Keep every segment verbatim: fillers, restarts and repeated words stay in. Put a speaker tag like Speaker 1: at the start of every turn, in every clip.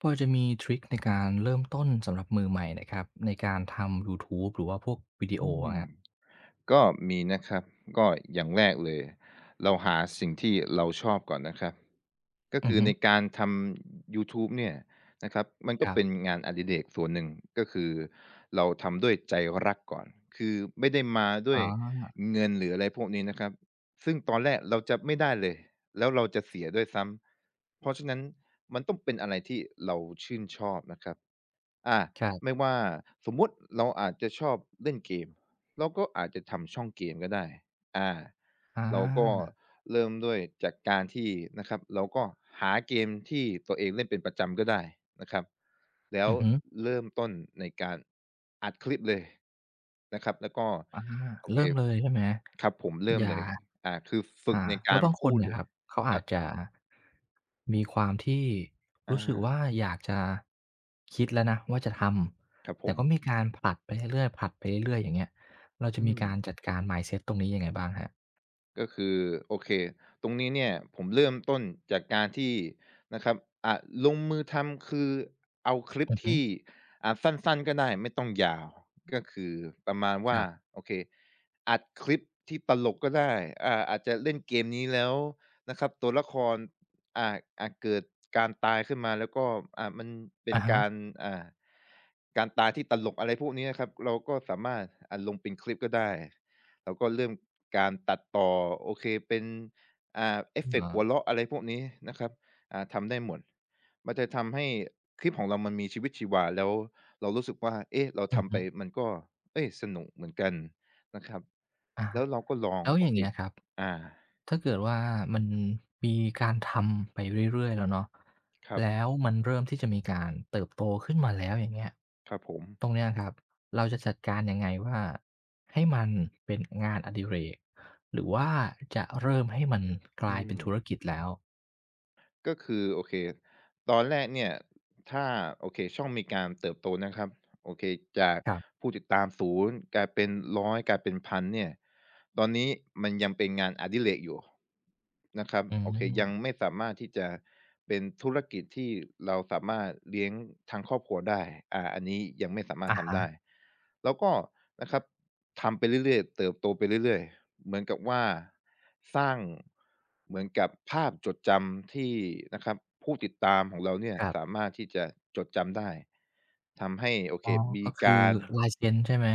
Speaker 1: พอจะมีทริคในการเริ่มต้นสำหรับมือใหม่นะครับในการทำยูทูบหรือว่าพวกวิดีโอ
Speaker 2: อืม
Speaker 1: อะครับ
Speaker 2: ก็มีนะครับก็อย่างแรกเลยเราหาสิ่งที่เราชอบก่อนนะครับก็
Speaker 1: อือ
Speaker 2: คือ
Speaker 1: ฮึ
Speaker 2: ในการทำยูทูบเนี่ยนะครับมัน
Speaker 1: ค
Speaker 2: ก็
Speaker 1: รับ
Speaker 2: เป็นงานอดิเรกส่วนหนึ่งก็คือเราทำด้วยใจรักก่อนคือไม่ได้มาด้
Speaker 1: อ๋
Speaker 2: วย
Speaker 1: อ
Speaker 2: เงินหรืออะไรพวกนี้นะครับซึ่งตอนแรกเราจะไม่ได้เลยแล้วเราจะเสียด้วยซ้ำเพราะฉะนั้นมันต้องเป็นอะไรที่เราชื่นชอบนะครับอา
Speaker 1: ค
Speaker 2: ไม่
Speaker 1: รับ
Speaker 2: ว่าสมมุติเราอาจจะชอบเล่นเกม เราก็อาจจะทำช่องเกมก็ได้อา
Speaker 1: อ
Speaker 2: เราก็
Speaker 1: า
Speaker 2: เริ่มด้วยจากการที่นะครับเราก็หาเกมที่ตัวเองเล่นเป็นประจำก็ได้นะครับแล้ว
Speaker 1: อือฮึ
Speaker 2: เริ่มต้นในการอัดคลิปเลยนะครับแล้วก็
Speaker 1: อา
Speaker 2: โอเค
Speaker 1: เริ่มเลยใช่ไหม
Speaker 2: ครับผมเริ่
Speaker 1: อ
Speaker 2: ม
Speaker 1: ย่า
Speaker 2: เลยอ่าคือฝึก
Speaker 1: อา
Speaker 2: ใน
Speaker 1: แล้
Speaker 2: กา
Speaker 1: ว
Speaker 2: ร
Speaker 1: บางค
Speaker 2: พู
Speaker 1: น
Speaker 2: ด
Speaker 1: เนี่ย
Speaker 2: เล
Speaker 1: ค
Speaker 2: ย
Speaker 1: รับเขาอา
Speaker 2: อั
Speaker 1: จ
Speaker 2: ด
Speaker 1: จะมีความที่
Speaker 2: อา
Speaker 1: รู้สึกว่าอยากจะคิดแล้วนะว่าจะท
Speaker 2: ครับ
Speaker 1: ำ
Speaker 2: ผ
Speaker 1: แต่
Speaker 2: ม
Speaker 1: ก็มีการผลัดไปเรื่อยๆผลัดไปเรื่อยๆอย่างเงี้ยเราจะ
Speaker 2: อื
Speaker 1: มี
Speaker 2: ม
Speaker 1: การจัดการ mindset ตรงนี้ยังไงบ้างครับ
Speaker 2: ก็คือโอเคตรงนี้เนี่ยผมเริ่มต้นจากการที่นะครับอ่าลงมือทำคือเอาคลิป
Speaker 1: อือฮึ
Speaker 2: ที่อ่าสั้นๆก็ได้ไม่ต้องยาวก็คือประมาณ
Speaker 1: ค
Speaker 2: ว่า
Speaker 1: รับ
Speaker 2: โอเคอัดคลิปที่ตลกก็ได้อ่าอาจจะเล่นเกมนี้แล้วนะครับตัวละครอ่าอ่าเกิดการตายขึ้นมาแล้วก็อ่ามันเป็น
Speaker 1: อะฮะ
Speaker 2: การอ่าการตายที่ตลกอะไรพวกนี้นะครับเราก็สามารถอ่าลงเป็นคลิปก็ได้ แล้วก็เรื่องการตัดต่อโอเคเป็นอ่าเอฟเฟก
Speaker 1: อ๋
Speaker 2: ต์หัว
Speaker 1: อ
Speaker 2: เราะอะไรพวกนี้นะครับอ่าทำได้หมดมันจะทำให้คลิปของเรามันมีชีวิตชีวาแล้วเรารู้สึกว่าเอ๊ะเรา
Speaker 1: อือ
Speaker 2: ทำ
Speaker 1: ฮึ
Speaker 2: ไปมันก็เอ๊ยสนุกเหมือนกันนะครับ
Speaker 1: อา
Speaker 2: แล้วเราก็ลอง
Speaker 1: แล้ว
Speaker 2: โอ
Speaker 1: อย่าง
Speaker 2: เค
Speaker 1: เงี้ยครับ
Speaker 2: อา
Speaker 1: ถ้าเกิดว่ามันมีการทำไปเรื่อยๆแล้วเนาะ
Speaker 2: ครับ
Speaker 1: แล้วมันเริ่มที่จะมีการเติบโตขึ้นมาแล้วอย่างเงี้ย
Speaker 2: ครับผม
Speaker 1: ตรงเนี้ยครับเราจะจัดการยังไงว่าให้มันเป็นงานอดิเรกหรือว่าจะเริ่มให้มันก
Speaker 2: อื
Speaker 1: ลายเป็
Speaker 2: ม
Speaker 1: นธุรกิจแล้ว
Speaker 2: ก็คือโอเคตอนแรกเนี่ยถ้าโอเคช่องมีการเติบโตนะครับ โอเคจาก
Speaker 1: ครับ
Speaker 2: ผู้ติดตามศูนย์กลายเป็นหนึ่งร้อยกลายเป็นหนึ่งพันเนี่ยตอนนี้มันยังเป็นงานอดิเรกอยู่นะครับ
Speaker 1: อื
Speaker 2: โอเคยั
Speaker 1: ม
Speaker 2: งไม่สามารถที่จะเป็นธุรกิจที่เราสามารถเลี้ยงทางครอบครัวได้อ่าอันนี้ยังไม่สามารถ
Speaker 1: อะ
Speaker 2: ทำ
Speaker 1: ฮะ
Speaker 2: ได้แล้วก็นะครับทำไปเรื่อยๆเติบโตไปเรื่อยๆเหมือนกับว่าสร้างเหมือนกับภาพจดจำที่นะครับผู้ติดตามของเราเนี่ย
Speaker 1: ครับ
Speaker 2: สามารถที่จะจดจำได้ ทำให้โอ
Speaker 1: อ๋
Speaker 2: เค
Speaker 1: อ
Speaker 2: มี
Speaker 1: ก็คือ
Speaker 2: การ
Speaker 1: ลายเซ็นใช่ไหม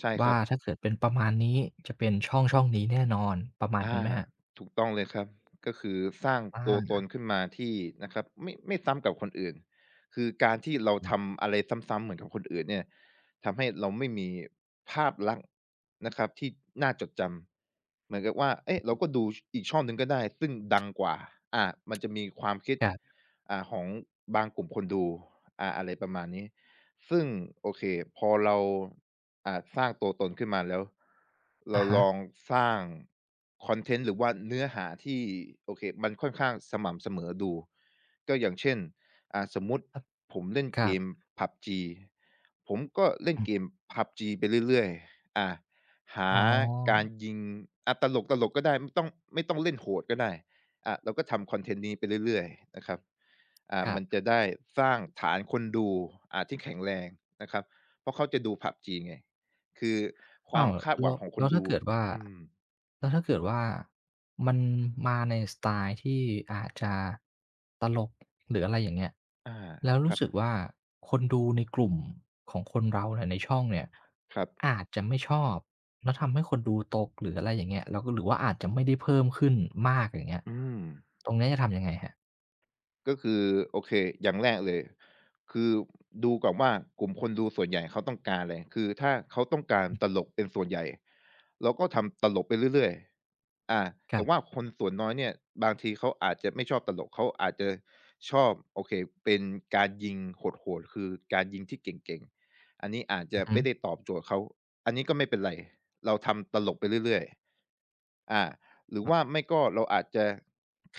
Speaker 2: ใช่ค
Speaker 1: ว่า
Speaker 2: รับ
Speaker 1: ถ้าเกิดเป็นประมาณนี้จะเป็นช่องๆนี้แน่นอนประมาณ
Speaker 2: อา
Speaker 1: นั้นไหมครับ
Speaker 2: ถูกต้องเลยครับก็คือสร้างตัวต
Speaker 1: อา
Speaker 2: นขึ้นมาที่นะครับไม่ไม่ซ้ำกับคนอื่นคือการที่เรา
Speaker 1: ครับ
Speaker 2: ทำอะไรซ้ำๆเหมือนกับคนอื่นเนี่ยทำให้เราไม่มีภาพลักษณ์นะครับที่น่าจดจำเหมือนกับว่าเอ๊ะเราก็ดูชอีกช่องหนึ่งก็ได้ซึ่งดังกว่าอามันจะมีความคิด
Speaker 1: ครับ
Speaker 2: อ่าของบางกลุ่มคนดูอาอะไรประมาณนี้ซึ่งโอเคพอเรา อ่าสร้างตัวตนขึ้นมาแล้วเรา
Speaker 1: อะฮะ
Speaker 2: ลองสร้างคอนเทนต์หรือว่าเนื้อหาที่โอเคมันค่อนข้างสม่ำเสมอดูก็อย่างเช่นอ่าสมมุติ
Speaker 1: ครับ
Speaker 2: ผมเล่น
Speaker 1: ค
Speaker 2: เก
Speaker 1: รั
Speaker 2: ม
Speaker 1: บ
Speaker 2: พับจี ผมก็เล่น
Speaker 1: อืม
Speaker 2: เกม พับจี ไปเรื่อยๆอ่าหา
Speaker 1: อ๋
Speaker 2: การ
Speaker 1: อ
Speaker 2: ยิงอ่าตลกๆก็ได้ไม่ต้องไม่ต้องเล่นโหดก็ได้อ่าเราก็ทำคอนเทนต์นี้ไปเรื่อยๆนะครับ
Speaker 1: ค
Speaker 2: อ่า
Speaker 1: รั
Speaker 2: มั
Speaker 1: บ
Speaker 2: นจะได้สร้างฐานคนดูอ่าที่แข็งแรงนะครับเพราะเขาจะดู พับจี ไง คือควา
Speaker 1: อ้า
Speaker 2: ม
Speaker 1: ว
Speaker 2: คาดห
Speaker 1: แล้
Speaker 2: วั
Speaker 1: ว
Speaker 2: งของค
Speaker 1: แล้
Speaker 2: น
Speaker 1: วถ้า
Speaker 2: ดู
Speaker 1: เกิดว่า
Speaker 2: อืม
Speaker 1: แล้วถ้าเกิดว่า มันมาในสไตล์ที่อาจจะตลก หรืออะไรอย่างเงี้ย
Speaker 2: อา
Speaker 1: แล้ว
Speaker 2: ค
Speaker 1: รู้
Speaker 2: รับ
Speaker 1: สึกว่า คนดูในกลุ่มของคนเราเนี่ยในช่องเนี่ย
Speaker 2: ครับ
Speaker 1: อาจจะไม่ชอบแล้วทำให้คนดูตก หรืออะไรอย่างเงี้ยแล้วก็หรือว่าอาจจะไม่ได้เพิ่มขึ้นมากอย่างเงี้ย
Speaker 2: อืม
Speaker 1: ตรงเนี้ยจะทำยังไง
Speaker 2: ก็คือโอเคอย่างแรกเลยคือดูก่อนว่ากลุ่มคนดูส่วนใหญ่เขาต้องการอะไรคือถ้าเขาต้องการตลกเป็นส่วนใหญ่เราก็ทำตลกไปเรื่อยๆอา
Speaker 1: ครั
Speaker 2: แต่ว่า
Speaker 1: บ
Speaker 2: คนส่วนน้อยเนี่ยบางทีเขาอาจจะไม่ชอบตลกเขาอาจจะชอบโอเคเป็นการยิงโหดๆคือการยิงที่เก่งๆอันนี้อาจจะ
Speaker 1: อื
Speaker 2: ไม่ได้
Speaker 1: ม
Speaker 2: ตอบโจทย์เขาอันนี้ก็ไม่เป็นไรเราทำตลกไปเรื่อยๆอา หรือว่า
Speaker 1: ค
Speaker 2: ไม่ก็เราอาจจะ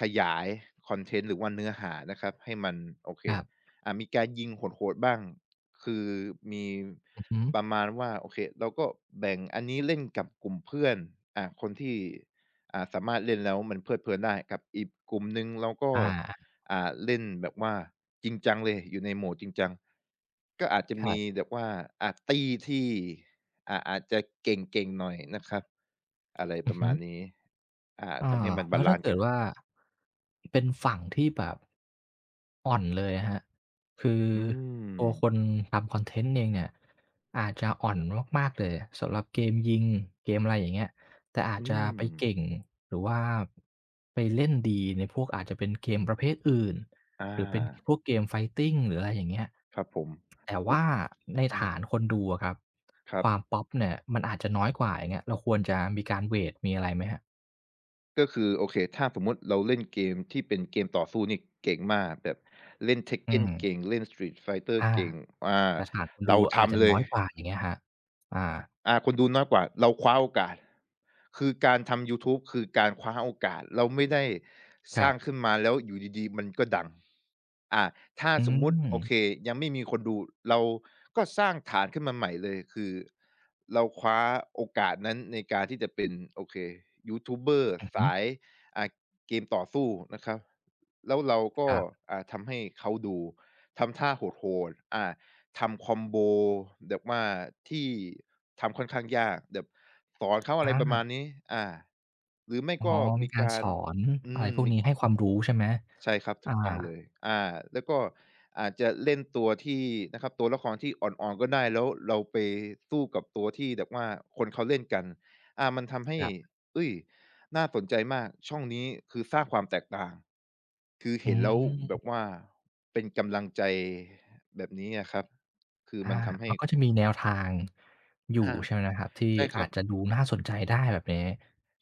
Speaker 2: ขยายคอนเทนต์หรือว่าเนื้อหานะครับให้มันโอเค
Speaker 1: รับ
Speaker 2: อ่ามีการยิงโหดๆบ้างคือมี
Speaker 1: อือฮึ
Speaker 2: ประมาณว่าโอเคเราก็แบ่งอันนี้เล่นกับกลุ่มเพื่อนอ่าคนที่อ่าสามารถเล่นแล้วมันเพลิดเพลินได้กับอีกกลุ่มหนึ่งเราก็
Speaker 1: อา
Speaker 2: อ่าเล่นแบบว่าจริงจังเลยอยู่ในโหมดจริงจังก็อาจจะ
Speaker 1: ครั
Speaker 2: มี
Speaker 1: บอือฮึอาครับ
Speaker 2: แบบว่าอ่าตี้ที่อ่าอาจจะเก่งๆหน่อยนะครับอะไร
Speaker 1: อื
Speaker 2: ป
Speaker 1: อ
Speaker 2: ระ
Speaker 1: ฮึ
Speaker 2: มาณนี้ อา
Speaker 1: อา
Speaker 2: ทำให้มัน
Speaker 1: แล้
Speaker 2: บา
Speaker 1: วถ้า
Speaker 2: ลันซ์
Speaker 1: เกิด
Speaker 2: กัน
Speaker 1: ว่าเป็นฝั่งที่แบบอ่อนเลยอะครับคือ
Speaker 2: อื
Speaker 1: ตัวคน
Speaker 2: ม
Speaker 1: ทำคอนเทนต์เองเนี่ยอาจจะอ่อนมากๆเลยสำหรับเกมยิงเกมอะไรอย่างเงี้ยแต่อาจ
Speaker 2: อื
Speaker 1: จะไป
Speaker 2: ม
Speaker 1: เก่งหรือว่าไปเล่นดีในพวกอาจจะเป็นเกมประเภทอื่น
Speaker 2: อ
Speaker 1: หรือเป็น
Speaker 2: า
Speaker 1: พวกเกม Fighting หรืออะไรอย่างเงี้ย
Speaker 2: ครับผม
Speaker 1: แต่
Speaker 2: อุ
Speaker 1: ว่าใน
Speaker 2: อา
Speaker 1: ฐานคนดูอะครับ
Speaker 2: ครั
Speaker 1: ค
Speaker 2: บ
Speaker 1: วามพอปเนี่ยมันอาจจะน้อยกว่าอย่างเงี้ยเราควรจะมีการเวตมีอะไรไหมครับ
Speaker 2: ก็คือโอเคถ้าสมมุติเราเล่นเกมที่เป็นเกมต่อสู้นี่เก่งมากแบบเล่น
Speaker 1: อื
Speaker 2: Tekken
Speaker 1: ม
Speaker 2: เก่งเล่น Street Fighter
Speaker 1: อา
Speaker 2: เก่งอา
Speaker 1: แต่ฐานคน
Speaker 2: เรา
Speaker 1: ดูอาจจะ
Speaker 2: ทำเล
Speaker 1: น้
Speaker 2: ย
Speaker 1: อยกว่าอย่างเงี้ยครับอา
Speaker 2: อาคนดูน้อยกว่าเราคว้าโอกาสคือการทำยูทูบคือการคว้าโอกาสเราไม่ได้
Speaker 1: ค
Speaker 2: ส
Speaker 1: รั
Speaker 2: ร้า
Speaker 1: บ
Speaker 2: งขึ้นมาแล้วอยู่ดีๆมันก็ดังอ่าถ้า
Speaker 1: อื
Speaker 2: สมมุติ
Speaker 1: ม
Speaker 2: โอเคยังไม่มีคนดูเราก็สร้างฐานขึ้นมาใหม่เลยคือเราคว้าโอกาสนั้นในการที่จะเป็นโอเคยูทูบเบอร์
Speaker 1: อือฮึ
Speaker 2: สายอ่าเกมต่อสู้นะครับแล้วเรา
Speaker 1: ค
Speaker 2: ก็
Speaker 1: รับ
Speaker 2: อ่าทำให้เขาดูทำท่าโหดๆอ่า ทำคอมโบแบบว่าที่ทำค่อนข้างยากแบบสอนเขาอะไรประมาณ
Speaker 1: อา
Speaker 2: นี้อาหรือไม่
Speaker 1: อ๋อ
Speaker 2: ก็
Speaker 1: มี
Speaker 2: มี
Speaker 1: การ
Speaker 2: กา
Speaker 1: ส
Speaker 2: ร
Speaker 1: อน
Speaker 2: อื
Speaker 1: อะไร
Speaker 2: ม
Speaker 1: พวกนี้ให้ความรู้ใช่ไหม
Speaker 2: ใช่ครับ
Speaker 1: อา
Speaker 2: ถูกต้องเลยอาแล้วก็อาจจะเล่นตัวที่นะครับตัวละครที่อ่อนๆก็ได้แล้วเราไปสู้กับตัวที่แบบว่าคนเขาเล่นกันอามันทำให้
Speaker 1: ครับ
Speaker 2: เฮ้ยน่าสนใจมากช่องนี้คือสร้างความแตกต่างคือ
Speaker 1: อื
Speaker 2: เห็นแล้วแบบ
Speaker 1: ม
Speaker 2: ว่าเป็นกำลังใจแบบนี้อะครับคือ
Speaker 1: อา
Speaker 2: มันทำให้
Speaker 1: มันก็จะมีแนวทางอยู่
Speaker 2: อา
Speaker 1: ใช่ไหมนะครับที่
Speaker 2: ใช่ครั
Speaker 1: อา
Speaker 2: บ
Speaker 1: จจะดูน่าสนใจได้แบบนี้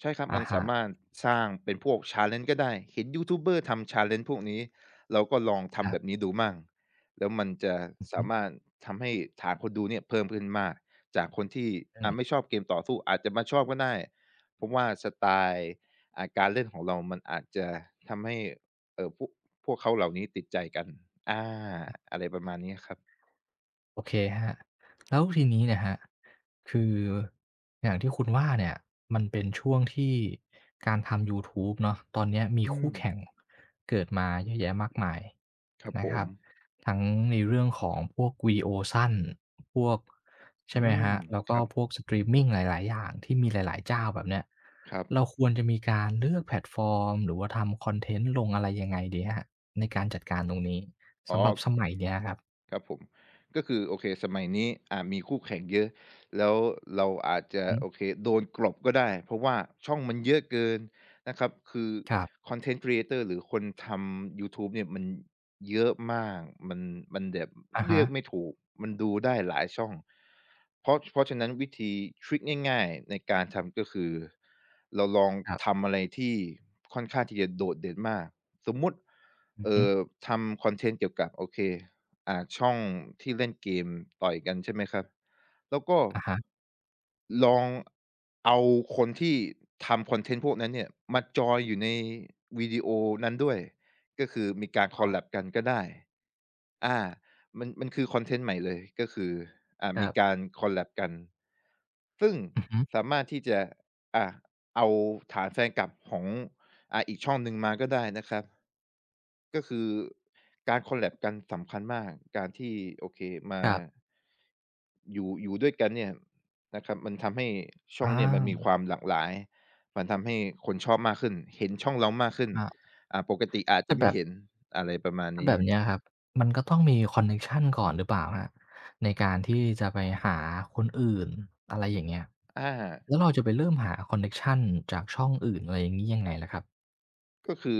Speaker 2: ใช่ครับ
Speaker 1: อะ
Speaker 2: มัน
Speaker 1: ฮะ
Speaker 2: สามารถสร้างเป็นพวก challenge ก็ได้เห็นยูทูบเบอร์ทำ challenge พวกนี้เราก็ลอง
Speaker 1: ค
Speaker 2: ทำ
Speaker 1: รั
Speaker 2: แบบ
Speaker 1: บ
Speaker 2: นี้ดูมั่งแล้วมันจะ
Speaker 1: อือ
Speaker 2: สา
Speaker 1: ฮึ
Speaker 2: มารถทำให้ฐานคนดูเนี่ยเพิ่มขึ้นมากจากคนที่
Speaker 1: อื
Speaker 2: อ่า
Speaker 1: ม
Speaker 2: ไม่ชอบเกมต่อสู้อาจจะมาชอบก็ได้เพราะว่าสไตล์อ่าการเล่นของเรามันอาจจะทำให้เอ่อพวกพวกเขาเหล่านี้ติดใจกันอาอะไรประมาณนี้ครับ
Speaker 1: โอเคครับแล้วทีนี้เนี่ยครับคืออย่างที่คุณว่าเนี่ยมันเป็นช่วงที่การทำยูทูบเนาะตอนเนี้ยมี
Speaker 2: อื
Speaker 1: คู่
Speaker 2: ม
Speaker 1: แข่งเกิดมาเยอะแยะมากมาย
Speaker 2: ครับผ
Speaker 1: นะค
Speaker 2: ม
Speaker 1: รับทั้งในเรื่องของพวกวิดีโอสั้นพวก
Speaker 2: อื
Speaker 1: ใช่ไหม
Speaker 2: ม
Speaker 1: ครับแล้ว
Speaker 2: ค
Speaker 1: ก็
Speaker 2: รับ
Speaker 1: พวกสตรีมมิงหลายๆอย่างที่มีหลายๆเจ้าแบบเนี้ย
Speaker 2: ครับ
Speaker 1: เราควรจะมีการเลือกแพลตฟอร์มหรือว่าทำคอนเทนต์ลงอะไรยังไงดีครับในการจัดการตรงนี้
Speaker 2: อ๋อ
Speaker 1: สำหรับสมัยเนี้ยครับ
Speaker 2: ครับผมก็คือโอเคสมัยนี้อ่ามีคู่แข่งเยอะแล้วเราอาจจะ
Speaker 1: อือ
Speaker 2: โอเคโดนกลบก็ได้เพราะว่าช่องมันเยอะเกินนะครับคือ
Speaker 1: ครับ
Speaker 2: คอนเทนต์ creator หรือคนทำยูทูบเนี่ยมันเยอะมากมันมันแบบ
Speaker 1: อะ
Speaker 2: เลื
Speaker 1: ฮะ
Speaker 2: อกไม่ถูกมันดูได้หลายช่องเพราะเพราะฉะนั้นวิธีทริกง่ายๆในการทำก็คือเราลอง
Speaker 1: ครับ
Speaker 2: ทำอะไรที่ค่อนข้างที่จะโดดเด่นมากสมมุติ
Speaker 1: อือ
Speaker 2: เอ่
Speaker 1: ฮึ
Speaker 2: อทำคอนเทนต์เกี่ยวกับโอเค อ่าช่องที่เล่นเกมต่อยกันใช่ไหมครับแล้วก็
Speaker 1: อะฮะ
Speaker 2: ลองเอาคนที่ทำคอนเทนต์พวกนั้นเนี่ยมาจอยอยู่ในวิดีโอนั้นด้วยก็คือมีการ c
Speaker 1: อ๋
Speaker 2: o l แ a
Speaker 1: อ
Speaker 2: b กันก็ได้อามันมันคือคอนเทนต์ใหม่เลยก็คืออ่า
Speaker 1: ครั
Speaker 2: มี
Speaker 1: บ
Speaker 2: การ c o l แ a b กันซึ่ง
Speaker 1: อือฮึ
Speaker 2: สามารถที่จะอ่าเอาฐานแฟนคลับของอ่าอีกช่องหนึ่งมาก็ได้นะครับก็คือการ c o l แ a b กันสำคัญมากการที่โอเคมา
Speaker 1: ครับ
Speaker 2: อยู่อยู่ด้วยกันเนี่ย นะครับมันทำให้ช่
Speaker 1: อ
Speaker 2: องเนี่ยมันมี
Speaker 1: า
Speaker 2: ความหลากหลายมันทำให้คนชอบมากขึ้นเห็นช่องเรามากขึ้น
Speaker 1: อา
Speaker 2: อ่าปกติอาจจะ
Speaker 1: แต่แบ
Speaker 2: ไม่
Speaker 1: บ
Speaker 2: เห็นอะไรประมาณ
Speaker 1: ถ้าแบ
Speaker 2: นี้
Speaker 1: บเนี้ยครับมันก็ต้องมีคอนเน็กชันก่อนหรือเปล่าครับในการที่จะไปหาคนอื่นอะไรอย่างเงี้ย
Speaker 2: อา
Speaker 1: แล้วเราจะไปเริ่มหาคอนเน็กชันจากช่องอื่นอะไรอย่างงี้ยังไงล่ะครับ
Speaker 2: ก็คือ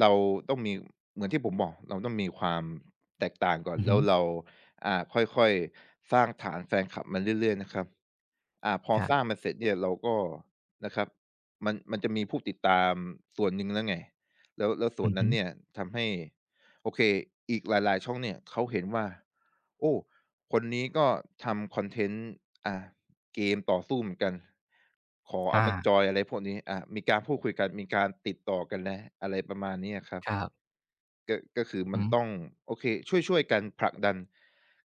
Speaker 2: เราต้องมีเหมือนที่ผมบอกเราต้องมีความแตกต่างก่อน
Speaker 1: อือฮึ
Speaker 2: แล้วเราอ่าค่อยๆสร้างฐานแฟนคลับมาเรื่อยๆนะครับ อ่าพอ
Speaker 1: ครั
Speaker 2: สร้าง
Speaker 1: บ
Speaker 2: มันเสร็จเนี่ยเราก็นะครับมันมันจะมีผู้ติดตามส่วนหนึ่งแล้วไงแล้วแล้วส่
Speaker 1: อื
Speaker 2: วน
Speaker 1: อ
Speaker 2: นั้
Speaker 1: ฮึ
Speaker 2: นเนี่ยทำให้โอเคอีกหลายๆช่องเนี่ยเขาเห็นว่าโอ้คนนี้ก็ทำคอนเทนต์อ่าเกมต่อสู้เหมือนกันขอเอา
Speaker 1: อา
Speaker 2: มาจอยอะไรพวกนี้อ่ามีการพูดคุยกันมีการติดต่อกันแล้วอะไรประมาณนี้อะครับ
Speaker 1: ครับ
Speaker 2: ก็ก็คือ
Speaker 1: อื
Speaker 2: มั
Speaker 1: อ
Speaker 2: น
Speaker 1: ฮึ
Speaker 2: ต้องโอเคช่วยๆกันผลักดัน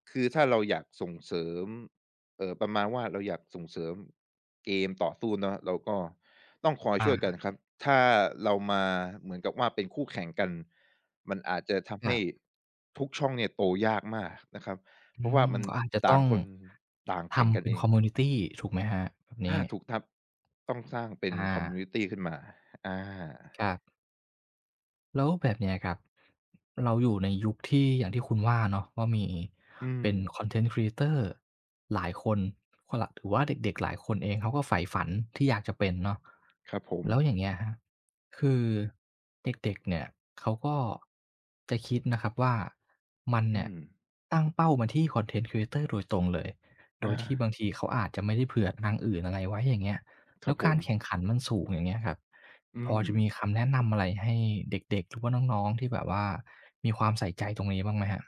Speaker 2: คือถ้าเราอยากส่งเสริมเอ่อประมาณว่าเราอยากส่งเสริมเกมต่อสู้เนาะเราก็ต้องคอย
Speaker 1: อา
Speaker 2: ช่วยกันครับถ้าเรามาเหมือนกับว่าเป็นคู่แข่งกันมันอาจจะทำ
Speaker 1: ครั
Speaker 2: ให้
Speaker 1: บ
Speaker 2: ทุกช่องเนี่ยโตยากมากนะครับ
Speaker 1: อื
Speaker 2: เพราะว่า
Speaker 1: ม
Speaker 2: มัน
Speaker 1: ก็อาจจะต้
Speaker 2: ต่า
Speaker 1: อ
Speaker 2: ง
Speaker 1: ง
Speaker 2: คนต่างแข่ง
Speaker 1: ทำ
Speaker 2: กัน
Speaker 1: เป็น
Speaker 2: เอ
Speaker 1: ค
Speaker 2: ง
Speaker 1: อมมิวนิตีถูกไหมครับแบบนี้
Speaker 2: อาถูกครับต้องสร้างเป็
Speaker 1: อ
Speaker 2: นคอมมิวนิ
Speaker 1: า
Speaker 2: ตีขึ้นมาอา
Speaker 1: ครับ แล้วแบบเนี้ยครับเราอยู่ในยุคที่อย่างที่คุณว่าเนาะว่ามี
Speaker 2: อืม
Speaker 1: เป็น Content เทนต์ครีเอเตอร์หลายคนคนละหรือว่าเด็กๆหลายคนเองเขาก็ใฝ่ฝันที่อยากจะเป็นเนาะ
Speaker 2: ครับผม
Speaker 1: แล้วอย่างเงี้ยครับคือเด็กๆเนี่ยเขาก็จะคิดนะครับว่ามัน
Speaker 2: อื
Speaker 1: เนี่ย
Speaker 2: ม
Speaker 1: ตั้งเป้ามาที่คอนเทน n ์ครีเอ e ตอร r โดยตรงเลยโด
Speaker 2: อา
Speaker 1: ยที่บางทีเขาอาจจะไม่ได้เผื่อทางอื่นอะไรไว้อย่างเงี้ย
Speaker 2: ค
Speaker 1: แล้
Speaker 2: รับ
Speaker 1: ว
Speaker 2: ผ
Speaker 1: กา
Speaker 2: ม
Speaker 1: รแข่งขันมันสูงอย่างเงี้ยครับ
Speaker 2: อื
Speaker 1: พอ
Speaker 2: ม
Speaker 1: จะมีคำแนะนำอะไรให้เด็กๆหรือว่าน้องๆที่แบบว่ามีความใส่ใจตรงนี้บ้างไหมครับ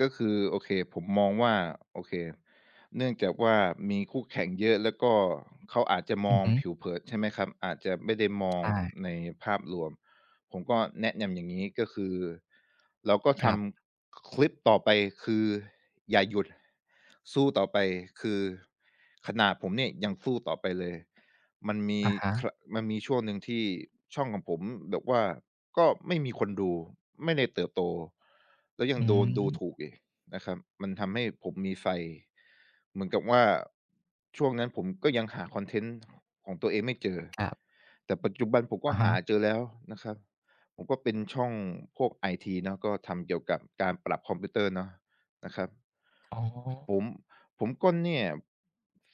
Speaker 2: ก็คือโอเคผมมองว่าโอเคเนื่องจากว่ามีคู่แข่งเยอะแล้วก็เขาอาจจะม
Speaker 1: อื
Speaker 2: อ
Speaker 1: อ
Speaker 2: ง
Speaker 1: ฮึ
Speaker 2: ผิวเผินใช่ไหมครับอาจจะไม่ได้มอง
Speaker 1: ใช่
Speaker 2: ในภาพรวมผมก็แนะนำอย่างงี้ก็คือเราก็
Speaker 1: ค
Speaker 2: ท
Speaker 1: รับ
Speaker 2: ำคลิปต่อไปคืออย่าหยุดสู้ต่อไปคือขนาดผมเนี่ยยังสู้ต่อไปเลย มันมี
Speaker 1: อะฮะ
Speaker 2: ครัมันมีช่วงหนึ่งที่ช่องของผมแบบว่าก็ไม่มีคนดูไม่ได้เติบโตแล้วยัง
Speaker 1: อื
Speaker 2: โดนดูถูก
Speaker 1: ม
Speaker 2: อีกนะครับมันทำให้ผมมีไฟเหมือนกับว่าช่วงนั้นผมก็ยังหาคอนเทนต์ของตัวเองไม่เจอ
Speaker 1: ครับ
Speaker 2: แต่ปัจจุบันผมก็
Speaker 1: อะฮะ
Speaker 2: หาเจอแล้วนะครับผมก็เป็นช่องพวกไอทีเนาะก็ทำเกี่ยวกับการปรับคอมพิวเตอร์เนาะนะครับ
Speaker 1: อ๋อ
Speaker 2: ผมผมก็เนี่ย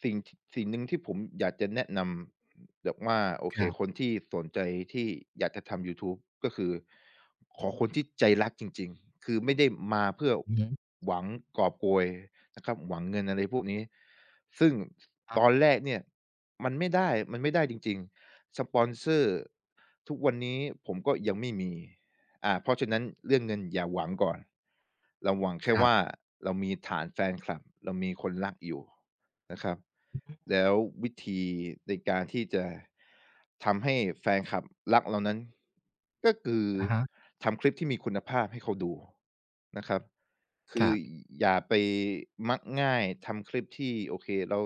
Speaker 2: สิ่งทสิ่งหนึ่งที่ผมอยากจะแนะนำ แบบว่าโอ
Speaker 1: ค
Speaker 2: เค
Speaker 1: รั
Speaker 2: คน
Speaker 1: บ
Speaker 2: ที่สนใจที่อยากจะทำยูทูบก็คือขอคนที่ใจรักจริงๆคือไม่ได้มาเพื่อ
Speaker 1: อือฮึ
Speaker 2: หวังกอบโกยนะครับหวังเงินอะไรพวกนี้ซึ่ง
Speaker 1: อา
Speaker 2: ตอนแรกเนี่ยมันไม่ได้มันไม่ได้จริงๆสปอนเซอร์ทุกวันนี้ผมก็ยังไม่มีอ่าเพราะฉะนั้นเรื่องเงินอย่าหวังก่อนเราหวัง
Speaker 1: ค
Speaker 2: แค่
Speaker 1: รั
Speaker 2: ว่า
Speaker 1: บ
Speaker 2: เรามีฐานแฟนคลับเรามีคนรักอยู่ นะครับ
Speaker 1: อือฮึ
Speaker 2: แล้ววิธีในการที่จะทำให้แฟนคลับรักเรานั้นก็คือ
Speaker 1: อะฮะ
Speaker 2: ทำคลิปที่มีคุณภาพให้เขาดูนะครับ
Speaker 1: ค
Speaker 2: คือ
Speaker 1: รับ
Speaker 2: อย่าไปมักง่ายทำคลิปที่โอเคเรา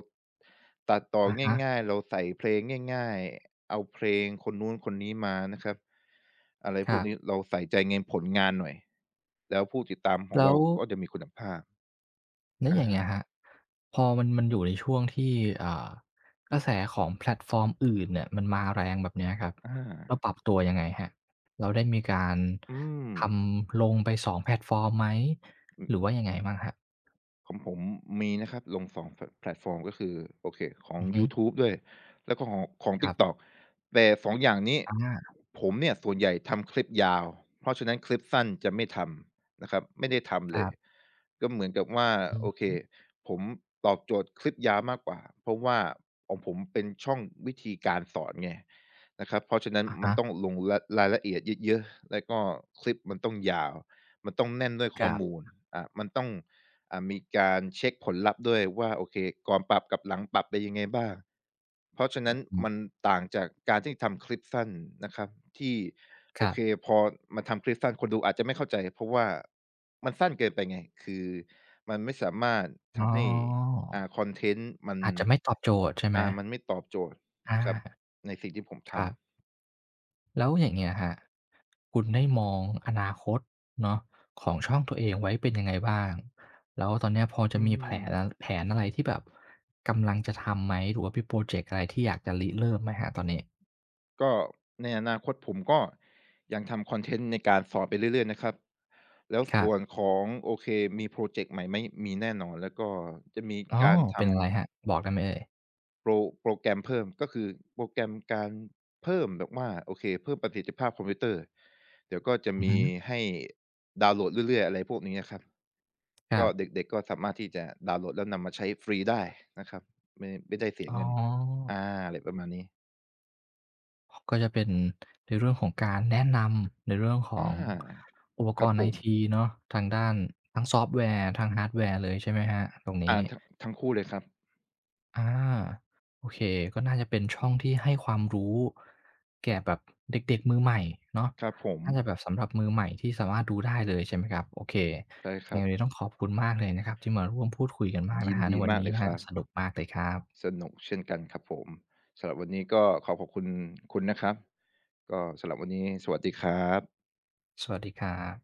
Speaker 2: ตัดต่อ
Speaker 1: อะฮะ
Speaker 2: ง่ายๆเราใส่เพลงง่ายๆเอาเพลงคนนู้นคนนี้มานะครับอะไร
Speaker 1: ค
Speaker 2: พว
Speaker 1: รั
Speaker 2: กนี้
Speaker 1: บ
Speaker 2: เราใส่ใจในผลงานหน่อยแล้วผู้ติดตามของ
Speaker 1: แล้
Speaker 2: เรา
Speaker 1: ว
Speaker 2: ก็จะมีคุณภาพ
Speaker 1: แล้วอย่างเงี้ย
Speaker 2: อา
Speaker 1: ครับพอมันมันอยู่ในช่วงที่อ่ากระแสของแพลตฟอร์มอื่นเนี่ยมันมาแรงแบบเนี้ยครับ
Speaker 2: อ
Speaker 1: เรา
Speaker 2: า
Speaker 1: ปรับตัวยังไงครับเราได้มีการ
Speaker 2: อื
Speaker 1: ท
Speaker 2: ม
Speaker 1: ำลงไปสองแพลตฟอร์มไหมหรือว่ายังไงบ้างครับ
Speaker 2: ของผมมีนะครับลงสองแพลตแพลตฟอร์มก็คือโอเคของ
Speaker 1: อือฮึ
Speaker 2: ยูทูบด้วยแล้วก็ของของ
Speaker 1: ครับ
Speaker 2: TikTok แต่สององอย่างนี้
Speaker 1: อา
Speaker 2: ผมเนี่ยส่วนใหญ่ทำคลิปยาวเพราะฉะนั้นคลิปสั้นจะไม่ทำนะครับไม่ได้ทำ
Speaker 1: ค
Speaker 2: เล
Speaker 1: รั
Speaker 2: ย
Speaker 1: บ
Speaker 2: ก็เหมือนกับว่า
Speaker 1: อือ
Speaker 2: โอเค
Speaker 1: ฮึ
Speaker 2: ผมตอบโจทย์คลิปยาวมากกว่าเพราะว่าของผมเป็นช่องวิธีการสอนไงนะครับเพราะฉะนั้น
Speaker 1: อะ
Speaker 2: มั
Speaker 1: ฮะ
Speaker 2: นต้องลงรรายละเอียดเยอะๆแล้วก็คลิปมันต้องยาวมันต้องแน่นด้วย
Speaker 1: ค
Speaker 2: ข้อ
Speaker 1: รับ
Speaker 2: มูลอ่ามันต้อง อ่ามีการเช็กผลลัพธ์ด้วยว่าโอเคก่อนปรับกับหลังปรับเป็นยังไงบ้างเพราะฉะนั้น
Speaker 1: อืม
Speaker 2: มันต่างจากการที่ทำคลิปสั้นนะครับที่
Speaker 1: ค
Speaker 2: โอ
Speaker 1: รั
Speaker 2: เค
Speaker 1: บ
Speaker 2: พอมาทำคลิปสั้นคนดูอาจจะไม่เข้าใจเพราะว่ามันสั้นเกินไปไงคือมันไม่สามารถ
Speaker 1: อ๋อ
Speaker 2: ทำให้อ่าคอนเทนต์มัน
Speaker 1: อาจจะไม่ตอบโจทย์ใช่ไหม
Speaker 2: อ่ามันไม่ตอบโจทย์
Speaker 1: อา
Speaker 2: ครับในสิ่งที่ผม
Speaker 1: ค
Speaker 2: ทำ
Speaker 1: รับ แล้วอย่างเงี้ยฮะคุณได้มองอนาคตเนาะของช่องตัวเองไว้เป็นยังไงบ้างแล้วตอนเนี้ยพอจะ
Speaker 2: อื
Speaker 1: มีแผ
Speaker 2: ม
Speaker 1: นอะแผนอะไรที่แบบกำลังจะทำไหมหรือว่ามีโพรเจกต์อะไรที่อยากจะริเริ่มไหมครับตอนนี้
Speaker 2: ก็ในอนาคตผมก็ยังทำคอนเทนต์ในการสอนไปเรื่อยๆนะครับแล้ว
Speaker 1: ครั
Speaker 2: ส่วน
Speaker 1: บ
Speaker 2: ของโอเคมีพรอเจกต์ใหม่ไหมมีแน่นอนแล้วก็จะมี
Speaker 1: อ๋อ
Speaker 2: การท
Speaker 1: เป็นอะไรครับบอกได้ไหมเอ่ย
Speaker 2: ำโปรโปรแกรมเพิ่มก็คือโปรแกรมการเพิ่มแบบว่าโอเคเพิ่มประสิทธิภาพคอมพิวเตอร์เดี๋ยวก็จะ
Speaker 1: อือ
Speaker 2: มี
Speaker 1: ฮึ
Speaker 2: ให้ดาวน์โหลดเรื่อยๆอะไรพวกนี้อะครับ
Speaker 1: ครั
Speaker 2: ก็
Speaker 1: บ
Speaker 2: เด็กๆก็สามารถที่จะดาวน์โหลดแล้วนำมาใช้ฟรีได้นะครับไม่ไม่ได้เสีย
Speaker 1: อ๋อ
Speaker 2: เงินอาอะไรประมาณนี้
Speaker 1: ก็จะเป็นในเรื่องของการแนะนำในเรื่องข
Speaker 2: อ
Speaker 1: อง
Speaker 2: า
Speaker 1: อุปก
Speaker 2: ครับ
Speaker 1: รณ์
Speaker 2: ผ
Speaker 1: ไอ
Speaker 2: ม
Speaker 1: ทีเนาะทางด้านทั้งซอฟต์แวร์ทั้งฮาร์ดแวร์เลยใช่ไหมครับตรงนี้
Speaker 2: อาทั้งทั้งคู่เลยครับ
Speaker 1: อาโอเคก็น่าจะเป็นช่องที่ให้ความรู้แก่แบบเด็กๆมือใหม่เนาะ
Speaker 2: ครับผม
Speaker 1: น่าจะแบบสำหรับมือใหม่ที่สามารถดูได้เลยใช่ไหมครับโอเค
Speaker 2: ใช่ค
Speaker 1: ยัง
Speaker 2: รั
Speaker 1: ไง
Speaker 2: บ
Speaker 1: วันนี้ต้องขอบคุณมากเลยนะครับที่มาร่วมพูดคุยกันมาก
Speaker 2: ยิ
Speaker 1: นะ
Speaker 2: น
Speaker 1: ครับใน
Speaker 2: ดี
Speaker 1: วัน
Speaker 2: มาก
Speaker 1: นี้
Speaker 2: เลย
Speaker 1: ค
Speaker 2: ค
Speaker 1: รับ
Speaker 2: รับ
Speaker 1: สนุกมากเลยครั
Speaker 2: ส
Speaker 1: บ
Speaker 2: นุกเช่นกันครับผมสำหรับวันนี้ก็ขอขอบคุณคุณนะครับก็สำหรับวันนี้สวัสดีครับ
Speaker 1: สวัสดีครับ